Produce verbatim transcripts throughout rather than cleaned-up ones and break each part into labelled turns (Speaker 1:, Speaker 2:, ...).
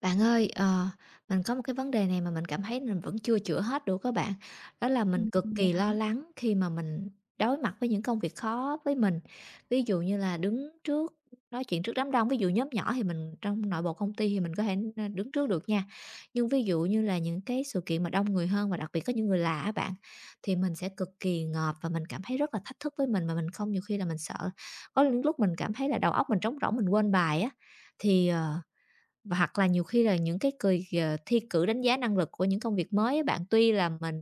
Speaker 1: Bạn ơi, ờ, mình có một cái vấn đề này mà mình cảm thấy mình vẫn chưa chữa hết được các bạn. Đó là mình
Speaker 2: Ừm,
Speaker 1: cực
Speaker 2: vậy
Speaker 1: kỳ
Speaker 2: hả?
Speaker 1: lo lắng khi mà mình đối mặt với những công việc khó với mình. Ví dụ như là đứng trước nói chuyện trước đám đông, ví dụ nhóm nhỏ thì mình trong nội bộ công ty thì mình có thể n- đứng trước được nha. Nhưng ví dụ như là những cái sự kiện mà đông người hơn và đặc biệt có những người lạ á bạn thì mình sẽ cực kỳ ngợp và mình cảm thấy rất là thách thức với mình mà mình không nhiều khi là mình sợ. Có những lúc mình cảm thấy là đầu óc mình trống rỗng mình quên bài á thì ờ, và hoặc là nhiều khi là những cái cùi, ờ, thi cử đánh giá năng lực của những công việc mới á bạn, tuy là mình,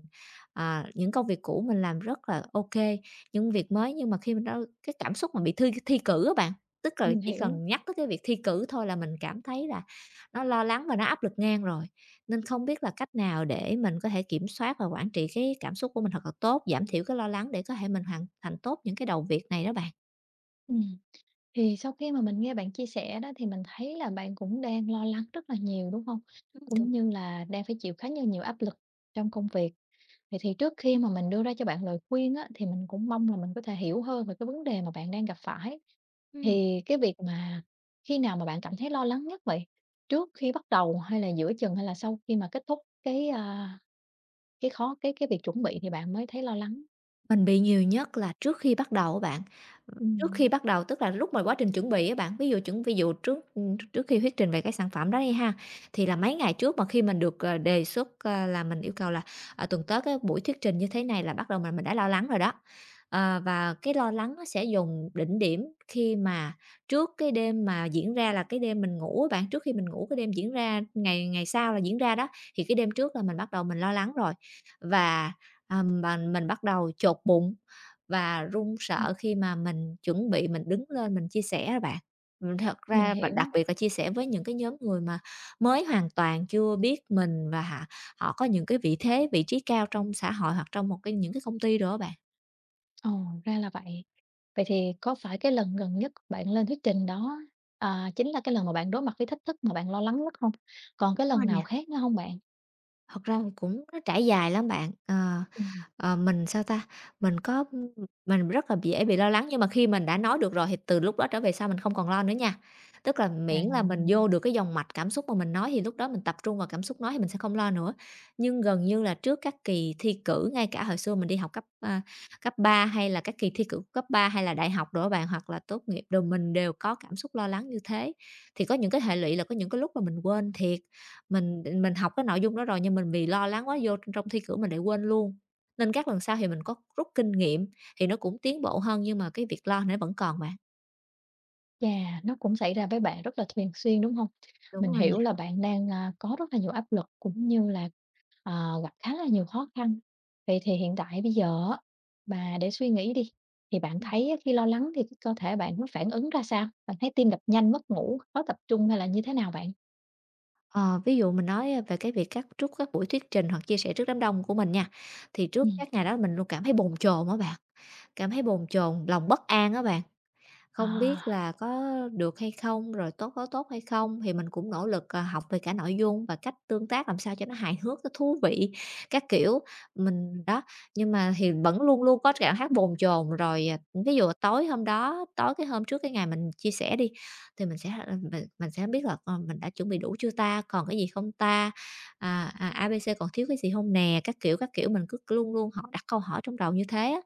Speaker 1: à, những công việc cũ mình làm rất là ok kê, những việc mới nhưng mà khi mình đã cái cảm xúc mà bị thi thi cử á bạn, tức là
Speaker 2: Mình
Speaker 1: chỉ
Speaker 2: hiểu.
Speaker 1: cần nhắc tới cái việc thi cử thôi là mình cảm thấy là nó lo lắng và nó áp lực ngang rồi. Nên không biết là cách nào để mình có thể kiểm soát và quản trị cái cảm xúc của mình thật là tốt, giảm thiểu cái lo lắng để có thể mình hoàn thành tốt những cái đầu việc này đó bạn.
Speaker 2: Ừm, thì sau khi mà mình nghe bạn chia sẻ đó thì mình thấy là bạn cũng đang lo lắng rất là nhiều, đúng hông?
Speaker 1: Ừm, đúng,
Speaker 2: Cũng như là đang phải chịu khá là nhiều áp lực trong công việc. Vậy thì trước khi mà mình đưa ra cho bạn lời khuyên á, thì mình cũng mong là mình có thể hiểu hơn về cái vấn đề mà bạn đang gặp phải.
Speaker 1: ừm.
Speaker 2: Thì cái việc mà khi nào mà bạn cảm thấy lo lắng nhất vậy? Trước khi bắt đầu hay là giữa chừng hay là sau khi mà kết thúc cái, à, cái khó cái cái việc chuẩn bị thì bạn mới thấy lo lắng?
Speaker 1: Mình bị nhiều nhất là trước khi bắt đầu á bạn. Trước khi
Speaker 2: Ừm,
Speaker 1: bắt đầu, tức là lúc mà quá trình chuẩn bị á bạn, ví dụ chuẩn ví dụ trước, ừ, trước khi thuyết trình về cái sản phẩm đó đi ha, thì là mấy ngày trước mà khi mình được, ờ, đề xuất, ờ, là mình yêu cầu là, ờ, tuần tới cái buổi thuyết trình như thế này là bắt đầu mình mình đã lo lắng rồi đó. Ờ, và cái lo lắng nó sẽ dùng đỉnh điểm khi mà trước cái đêm mà diễn ra là cái đêm mình ngủ á bạn, trước khi mình ngủ cái đêm diễn ra ngày ngày sau là diễn ra đó, thì cái đêm trước là mình bắt đầu mình lo lắng rồi. Và, ờm, mà mình bắt đầu chột bụng, và run
Speaker 2: ừm,
Speaker 1: sợ khi mà mình chuẩn bị mình đứng lên mình chia sẻ đó bạn. Ừm, thật
Speaker 2: mình
Speaker 1: ra và
Speaker 2: hiểu.
Speaker 1: đặc biệt là chia sẻ với những cái nhóm người mà mới hoàn toàn chưa biết mình và họ họ có những cái vị thế, vị trí cao trong xã hội hoặc trong một cái những cái công ty đó bạn.
Speaker 2: Ồ, ra là vậy. Vậy thì có phải cái lần gần nhất bạn lên thuyết trình đó, à, chính là cái lần mà bạn đối mặt với thách thức mà bạn lo lắng nhất không? Còn cái
Speaker 1: Đúng
Speaker 2: lần
Speaker 1: rồi nè.
Speaker 2: nào khác nữa không bạn?
Speaker 1: Thật ra thì cũng nó trải dài lắm bạn. Ờ,
Speaker 2: Ừm,
Speaker 1: ờ, mình, sao ta, mình có mình rất là dễ bị lo lắng, nhưng mà khi mình đã nói được rồi thì từ lúc đó trở về sau mình không còn lo nữa nha. Tức là miễn là mình
Speaker 2: à,
Speaker 1: vô được cái dòng mạch cảm xúc mà mình nói thì lúc đó mình tập trung vào cảm xúc nói thì mình sẽ không lo nữa. Nhưng gần như là trước các kỳ thi cử, ngay cả hồi xưa mình đi học cấp, a, cấp ba hay là các kỳ thi cử cấp ba hay là đại học đồ bạn, hoặc là tốt nghiệp đều mình đều có cảm xúc lo lắng như thế. Thì có những cái hệ lụy là có những cái lúc mà mình quên thiệt. Mình mình học cái nội dung đó rồi nhưng mình vì lo lắng quá vô trong thi cử mình lại quên luôn. Nên các lần sau thì mình có rút kinh nghiệm thì nó cũng tiến bộ hơn nhưng mà cái việc lo nó vẫn còn bạn.
Speaker 2: chà, nó cũng xảy ra với bạn rất là thường xuyên, đúng không? Mình
Speaker 1: Đúng rồi
Speaker 2: hiểu
Speaker 1: nè.
Speaker 2: là bạn đang, a, có rất là nhiều áp lực cũng như là, ờ, gặp khá là nhiều khó khăn. Vậy thì hiện tại bây giờ á, mà để suy nghĩ đi, thì bạn
Speaker 1: Ừm.
Speaker 2: thấy á khi lo lắng thì cái cơ thể bạn nó phản ứng ra sao? Bạn thấy tim đập nhanh, mất ngủ, khó tập trung hay là như thế nào bạn?
Speaker 1: Ờ, ví dụ mình nói, về cái việc các trước các buổi thuyết trình hoặc chia sẻ trước đám đông của mình nha, thì trước
Speaker 2: Ừm,
Speaker 1: các ngày đó mình luôn cảm thấy bồn chồn á bạn, cảm thấy bồn chồn, lòng bất an á bạn. Không biết
Speaker 2: à.
Speaker 1: là có được hay không, rồi tốt có tốt hay không thì mình cũng nỗ lực, ờ, học về cả nội dung và cách tương tác làm sao cho nó hài hước, nó thú vị các kiểu. Mình đó, nhưng mà thì vẫn luôn luôn có cảm giác bồn chồn, rồi, à, ví dụ tối hôm đó tối cái hôm trước cái ngày mình chia sẻ đi, thì mình sẽ, ờ, mình mình sẽ biết là, ờ, mình đã chuẩn bị đủ chưa ta, còn cái gì không ta, à, à, a bê xê còn thiếu cái gì hông nè, các kiểu, các kiểu, mình cứ luôn luôn họ đặt câu hỏi trong đầu như thế á.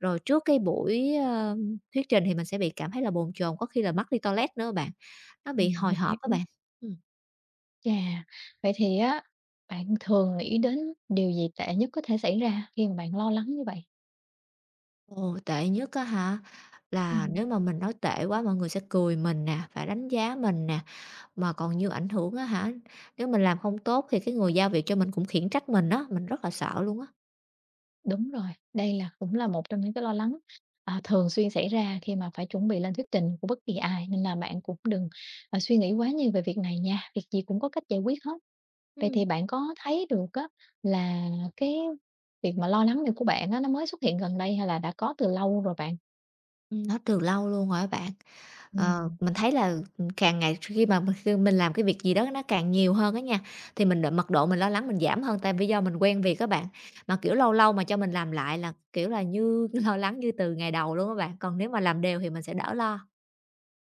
Speaker 1: Rồi trước cái buổi, ờ, thuyết trình thì mình sẽ bị cảm thấy là bồn chồn, có khi là mất đi toilet nữa bạn, nó bị
Speaker 2: Ừm,
Speaker 1: hồi
Speaker 2: mình
Speaker 1: hộp á
Speaker 2: hiểu.
Speaker 1: bạn. Ừm.
Speaker 2: Chà, vậy thì á, bạn thường nghĩ đến điều gì tệ nhất có thể xảy ra khi mà bạn lo lắng như vậy?
Speaker 1: Ồ, tệ nhất á hả? Là
Speaker 2: Ừm,
Speaker 1: nếu mà mình nói tệ quá mọi người sẽ cười mình nè, phải đánh giá mình nè, mà còn như ảnh hưởng á hả? Nếu mình làm không tốt thì cái người giao việc cho mình cũng khiển trách mình đó, mình rất là sợ luôn á.
Speaker 2: đúng rồi, đây là cũng là một trong những cái lo lắng, à, thường xuyên xảy ra khi mà phải chuẩn bị lên thuyết trình của bất kỳ ai, nên là bạn cũng đừng, à, suy nghĩ quá nhiều về việc này nha, việc gì cũng có cách giải quyết hết. Vậy thì
Speaker 1: Ừm.
Speaker 2: bạn có thấy được á là cái việc mà lo lắng này của bạn á, nó mới xuất hiện gần đây hay là đã có từ lâu rồi bạn?
Speaker 1: Ừm, nó từ lâu luôn rồi á bạn. Ờ,
Speaker 2: Ừm.
Speaker 1: mình thấy là, càng ngày khi mà mình khi mình làm cái việc gì đó nó càng nhiều hơn á nha, thì mình đ mật độ mình lo lắng mình giảm hơn, tại vì do mình quen việc các bạn. Mà, kiểu, lâu lâu mà cho mình làm lại là, kiểu là, như lo lắng như từ ngày đầu luôn các bạn, còn nếu mà làm đều thì mình sẽ đỡ lo.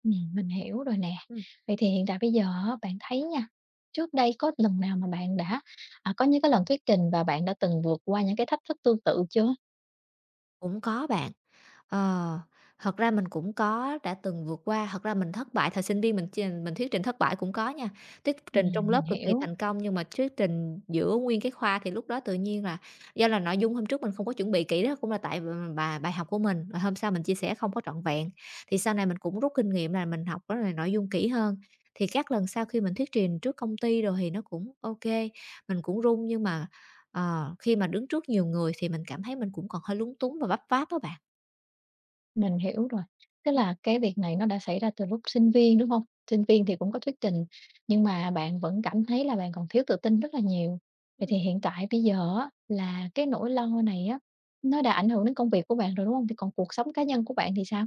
Speaker 2: Ừm, mình hiểu rồi nè.
Speaker 1: Ừm,
Speaker 2: Vậy thì hiện tại bây giờ á, bạn thấy nha, trước đây có lần nào mà bạn đã, à, có những cái lần thuyết trình và bạn đã từng vượt qua những cái thách thức tương tự chưa?
Speaker 1: cũng có bạn. Ờ, thật ra mình cũng có đã từng vượt qua, thật ra mình thất bại, thời sinh viên mình ch mình thuyết trình thất bại cũng có nha, thuyết trình trong
Speaker 2: Ừm, mình
Speaker 1: lớp cực kỳ
Speaker 2: hiểu,
Speaker 1: thành công nhưng mà thuyết trình giữa nguyên cái khoa thì lúc đó tự nhiên là do là nội dung hôm trước mình không có chuẩn bị kỹ đó cũng là tại bài bài học của mình, rồi hôm sau mình chia sẻ không có trọn vẹn. Thì sau này mình cũng rút kinh nghiệm là mình học đó là nội dung kỹ hơn, thì các lần sau khi mình thuyết trình trước công ty rồi thì nó cũng ok mình cũng run nhưng mà, ờ, khi mà đứng trước nhiều người thì mình cảm thấy mình cũng còn hơi lúng túng và vấp váp đó bạn.
Speaker 2: mình hiểu rồi. Tức là cái việc này nó đã xảy ra từ lúc sinh viên, đúng không? Sinh viên thì cũng có thuyết trình, nhưng mà bạn vẫn cảm thấy là bạn còn thiếu tự tin rất là nhiều. Vậy
Speaker 1: Ừm,
Speaker 2: thì hiện tại bây giờ á, là cái nỗi lo này á, nó đã ảnh hưởng đến công việc của bạn rồi, đúng không? Thì còn cuộc sống cá nhân của bạn thì sao?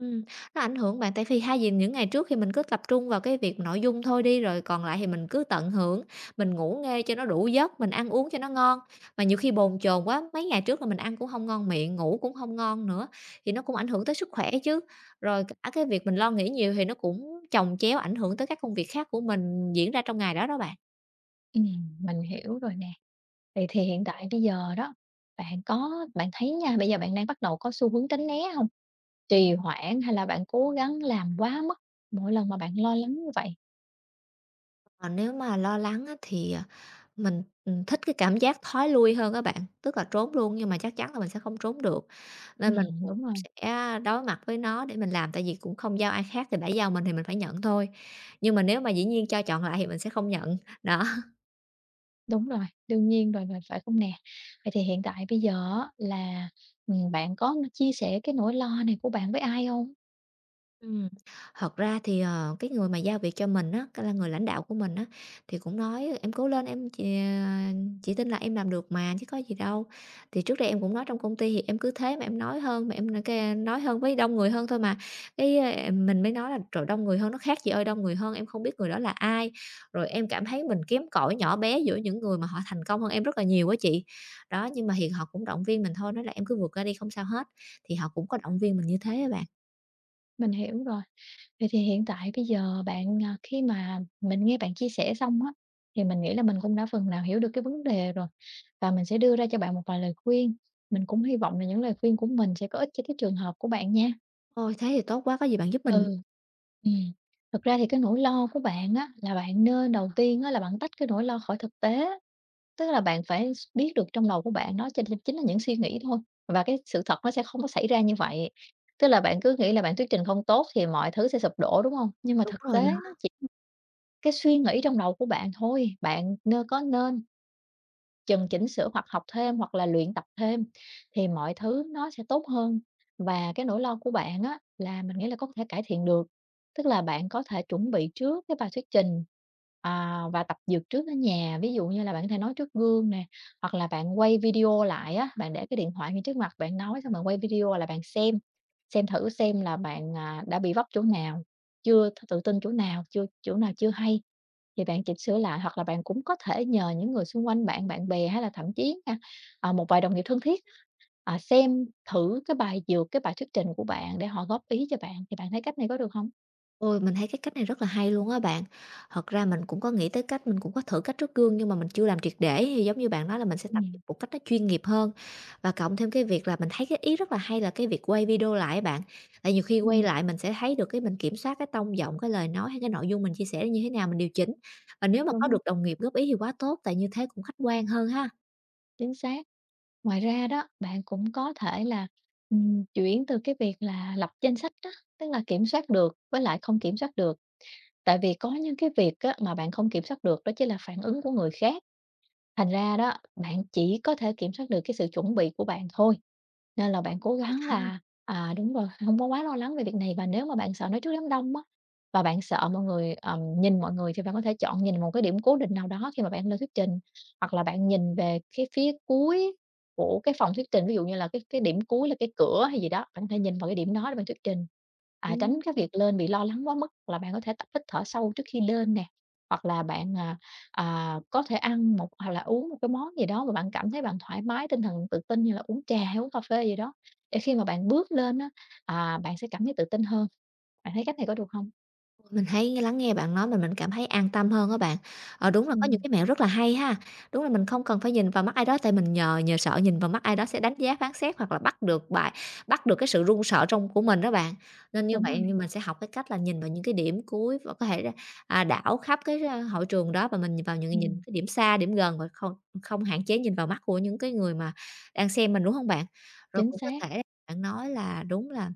Speaker 1: ừm, nó ảnh hưởng bạn, tại vì hai vì những ngày trước thì mình cứ tập trung vào cái việc nội dung thôi đi, rồi còn lại thì mình cứ tận hưởng, mình ngủ nghe cho nó đủ giấc, mình ăn uống cho nó ngon. Mà nhiều khi bồn chồn quá, mấy ngày trước là mình ăn cũng không ngon miệng, ngủ cũng không ngon nữa, thì nó cũng ảnh hưởng tới sức khỏe chứ. Rồi cả cái việc mình lo nghĩ nhiều thì nó cũng chồng chéo ảnh hưởng tới các công việc khác của mình diễn ra trong ngày đó đó bạn.
Speaker 2: Ừm, mình hiểu rồi nè. Vậy thì hiện tại bây giờ đó, bạn có bạn thấy nha, bây giờ bạn đang bắt đầu có xu hướng tránh né hông? Trì hoãn hay là bạn cố gắng làm quá mức mỗi lần mà bạn lo lắng như vậy?
Speaker 1: Ờ, nếu mà lo lắng á thì, à, mình, ừm, thích cái cảm giác thói lui hơn các bạn, tức là trốn luôn nhưng mà chắc chắn là mình sẽ không trốn được, nên mình
Speaker 2: Ừm,
Speaker 1: cũng
Speaker 2: đúng rồi,
Speaker 1: sẽ đối mặt với nó để mình làm, tại vì cũng không giao ai khác thì đã giao mình thì mình phải nhận thôi. Nhưng mà nếu mà dĩ nhiên cho chọn lại thì mình sẽ không nhận, đó.
Speaker 2: đúng rồi, đương nhiên rồi, rồi, phải không nè? Vậy thì hiện tại bây giờ á là, ừm, bạn có chia sẻ cái nỗi lo này của bạn với ai hông?
Speaker 1: Ừm, thật ra thì, ờ, cái người mà giao việc cho mình á, cái là người lãnh đạo của mình á, thì cũng nói "Em cố lên em, chị, à, chị tin là em làm được mà chứ có gì đâu." Thì trước đây em cũng nói trong công ty thì em cứ thế mà em nói hơn, mà em n cái nói hơn với đông người hơn thôi mà, cái, à, mình mới nói là "Trời, đông người hơn nó khác gì ơi, đông người hơn em không biết người đó là ai." Rồi em cảm thấy mình kém cỏi, nhỏ bé giữa những người mà họ thành công hơn em rất là nhiều á chị. Đó, nhưng mà thì họ cũng động viên mình thôi, nói là "Em cứ vượt ra đi không sao hết." Thì họ cũng có động viên mình như thế á bạn.
Speaker 2: Mình hiểu rồi. Vậy thì hiện tại bây giờ bạn, à, khi mà mình nghe bạn chia sẻ xong á, thì mình nghĩ là mình cũng đã phần nào hiểu được cái vấn đề rồi, và mình sẽ đưa ra cho bạn một vài lời khuyên. Mình cũng hy vọng là những lời khuyên của mình sẽ có ích cho cái trường hợp của bạn nha.
Speaker 1: Ôi, thế thì tốt quá, có gì bạn giúp mình
Speaker 2: Ừ, ừm, thực ra thì cái nỗi lo của bạn á, là bạn nên đầu tiên á, là bạn tách cái nỗi lo khỏi thực tế, tức là bạn phải s biết được trong đầu của bạn nó chình chính là những suy nghĩ thôi, và cái sự thật nó sẽ không có xảy ra như vậy. Tức là bạn cứ nghĩ là bạn thuyết trình không tốt thì mọi thứ sẽ sụp đổ, đúng không? Nhưng mà
Speaker 1: đúng
Speaker 2: thực
Speaker 1: rồi
Speaker 2: tế
Speaker 1: đó.
Speaker 2: nó chỉ cái suy nghĩ trong đầu của bạn thôi, bạn nên có nên chừng chỉnh sửa hoặc học thêm hoặc là luyện tập thêm thì mọi thứ nó sẽ tốt hơn. Và cái nỗi lo của bạn á là mình nghĩ là có thể cải thiện được, tức là bạn có thể chuẩn bị trước cái bài thuyết trình, à, và tập dượt trước ở nhà. Ví dụ như là bạn có thể nói trước gương nè, hoặc là bạn quay video lại á, bạn để cái điện thoại ngay trước mặt, bạn nói xong bạn quay video là bạn xem, xem thử xem là bạn, à, đã bị vấp chỗ nào, chưa tự tin chỗ nào, chưa chỗ nào chưa hay. Thì bạn chỉnh sửa lại hoặc là bạn cũng có thể nhờ những người xung quanh bạn, bạn bè hay là thậm chí nha, à, một vài đồng nghiệp thân thiết, à, xem thử cái bài dược, cái bài thuyết trình của bạn để họ góp ý cho bạn, thì bạn thấy cách này có được không?
Speaker 1: Ôi, mình thấy cái cách này rất là hay luôn á bạn. Thật ra mình cũng có nghĩ tới cách mình cũng có thử cách trước gương nhưng mà mình chưa làm triệt để, thì giống như bạn nói là mình sẽ tập
Speaker 2: Ừm.
Speaker 1: một cách nó chuyên nghiệp hơn. Và cộng thêm cái việc là mình thấy cái ý rất là hay là cái việc quay video lại á bạn. Tại nhiều khi quay
Speaker 2: Ừm,
Speaker 1: lại mình sẽ thấy được cái mình kiểm soát cái tông giọng, cái lời nói hay cái nội dung mình chia sẻ như thế nào, mình điều chỉnh. Và nếu mà có
Speaker 2: đúng rồi,
Speaker 1: được đồng nghiệp góp ý thì quá tốt, tại như thế cũng khách quan hơn ha.
Speaker 2: chính xác. Ngoài ra đó, bạn cũng có thể là, ừm, chuyển từ cái việc là lập danh sách đó, tức là kiểm soát được với lại không kiểm soát được. Tại vì có những cái việc á, mà bạn không kiểm soát được đó chính là phản ứng của người khác. Thành ra đó, bạn chỉ có thể kiểm soát được cái sự chuẩn bị của bạn thôi. Nên là bạn cố gắng
Speaker 1: Ha,
Speaker 2: là, à, đúng rồi, không có quá lo lắng về việc này và nếu mà bạn sợ nói trước đám đông á, và bạn sợ mọi người, ờm, nhìn mọi người thì bạn có thể chọn nhìn một cái điểm cố định nào đó khi mà bạn lên thuyết trình, hoặc là bạn nhìn về cái phía cuối của cái phòng thuyết trình, ví dụ như là cái cái điểm cuối là cái cửa hay gì đó, bạn có thể nhìn vào cái điểm đó để bạn thuyết trình. À, tránh
Speaker 1: ừm.
Speaker 2: cái việc lên bị lo lắng quá mức, hoặc là bạn có thể tập hít thở sâu trước khi lên nè, hoặc là bạn, à, à, có thể ăn một hoặc là uống một cái món gì đó mà bạn cảm thấy bạn thoải mái, tinh thần tự tin như là uống trà hay uống cà phê gì đó, để khi mà bạn bước lên á, à, bạn sẽ cảm thấy tự tin hơn. Bạn thấy cách này có được không?
Speaker 1: Mình thấy lắng nghe bạn nói mình mình cảm thấy an tâm hơn á bạn. Ờ, đúng là có những
Speaker 2: Ừm,
Speaker 1: cái mẹo rất là hay ha. Đúng là mình không cần phải nhìn vào mắt ai đó tại mình nhờ nhờ sợ nhìn vào mắt ai đó sẽ đánh giá phán xét hoặc là bắt được bài bắt được cái sự run sợ trong của mình đó bạn. Nên như
Speaker 2: đúng rồi,
Speaker 1: vậy nhưng mình sẽ học cái cách là nhìn vào những cái điểm cuối và có thể là, à, đảo khắp cái, a, hội trường đó và mình vào những nhìn
Speaker 2: ừm,
Speaker 1: cái điểm xa, điểm gần và không không hạn chế nhìn vào mắt của những cái người mà đang xem mình, đúng không bạn? Rồi
Speaker 2: chính
Speaker 1: cũng có
Speaker 2: xác,
Speaker 1: thể bạn nói là đúng là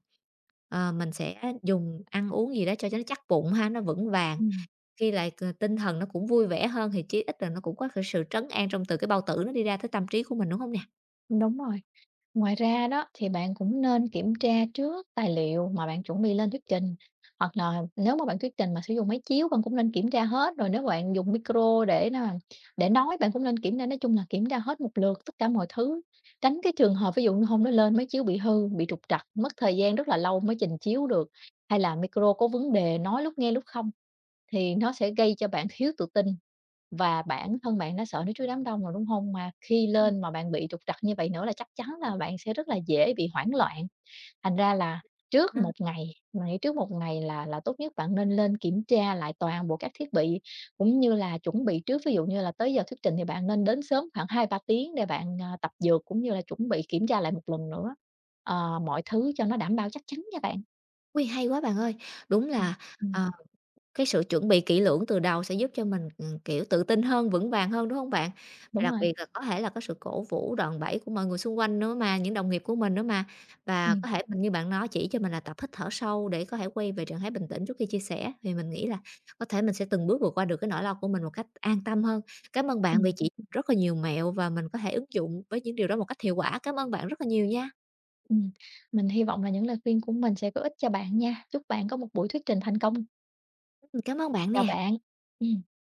Speaker 1: Ờ, mình sẽ dùng ăn uống gì đó cho cho nó chắc bụng ha, nó vững vàng,
Speaker 2: ừm,
Speaker 1: khi lại c tinh thần nó cũng vui vẻ hơn thì chí ít là nó cũng có cái sự trấn an trong từ cái bao tử nó đi ra tới tâm trí của mình, đúng không nè?
Speaker 2: đúng rồi. Ngoài ra đó thì bạn cũng nên kiểm tra trước tài liệu mà bạn chuẩn bị lên thuyết trình hoặc là nếu mà bạn thuyết trình mà sử dụng máy chiếu bạn cũng nên kiểm tra hết, rồi nếu bạn dùng micro để là để nói bạn cũng nên kiểm tra, nói chung là kiểm tra hết một lượt tất cả mọi thứ, tránh cái trường hợp ví dụ như hôm đó lên máy chiếu bị hư, bị trục trặc mất thời gian rất là lâu mới trình chiếu được, hay là micro có vấn đề nói lúc nghe lúc không thì nó sẽ gây cho bạn thiếu tự tin, và bản thân bạn đã sợ nước suối đám đông rồi, đúng không? Mà khi lên mà bạn bị trục trặc như vậy nữa là chắc chắn là bạn sẽ rất là dễ bị hoảng loạn. Thành ra là trước
Speaker 1: Ừm.
Speaker 2: một ngày, mình nghĩ trước một ngày là là tốt nhất bạn nên lên kiểm tra lại toàn bộ các thiết bị, cũng như là chuẩn bị trước. Ví dụ như là tới giờ thuyết trình thì bạn nên đến sớm khoảng hai ba tiếng để bạn, à, tập dượt, cũng như là chuẩn bị kiểm tra lại một lần nữa, ờ, mọi thứ cho nó đảm bảo chắc chắn nha bạn.
Speaker 1: Ôi, hay quá bạn ơi! Đúng
Speaker 2: Ừm,
Speaker 1: là,
Speaker 2: ừm,
Speaker 1: ờ cái sự chuẩn bị kỹ lưỡng từ đầu sẽ giúp cho mình, ừm, kiểu, tự tin hơn, vững vàng hơn, đúng không bạn? Và
Speaker 2: đúng
Speaker 1: đặc
Speaker 2: rồi.
Speaker 1: biệt là có thể là có sự cổ vũ, đòn bẩy của mọi người xung quanh nữa mà, những đồng nghiệp của mình nữa mà. Và
Speaker 2: Ừm,
Speaker 1: có thể mình như bạn nói chỉ cho mình là tập hít thở sâu để có thể quay về trạng thái bình tĩnh trước khi chia sẻ, thì mình nghĩ là có thể mình sẽ từng bước vượt qua được cái nỗi lo của mình một cách an tâm hơn. Cảm ơn bạn vì
Speaker 2: ừm.
Speaker 1: chỉ rất là nhiều mẹo và mình có thể ứng dụng với những điều đó một cách hiệu quả. Cảm ơn bạn rất là nhiều nha.
Speaker 2: Ừm, mình hy vọng là những lời khuyên của mình sẽ có ích cho bạn nha. Chúc bạn có một buổi thuyết trình thành công.
Speaker 1: Ừm, cảm ơn bạn
Speaker 2: Chào
Speaker 1: nè.
Speaker 2: bạn. Ừm.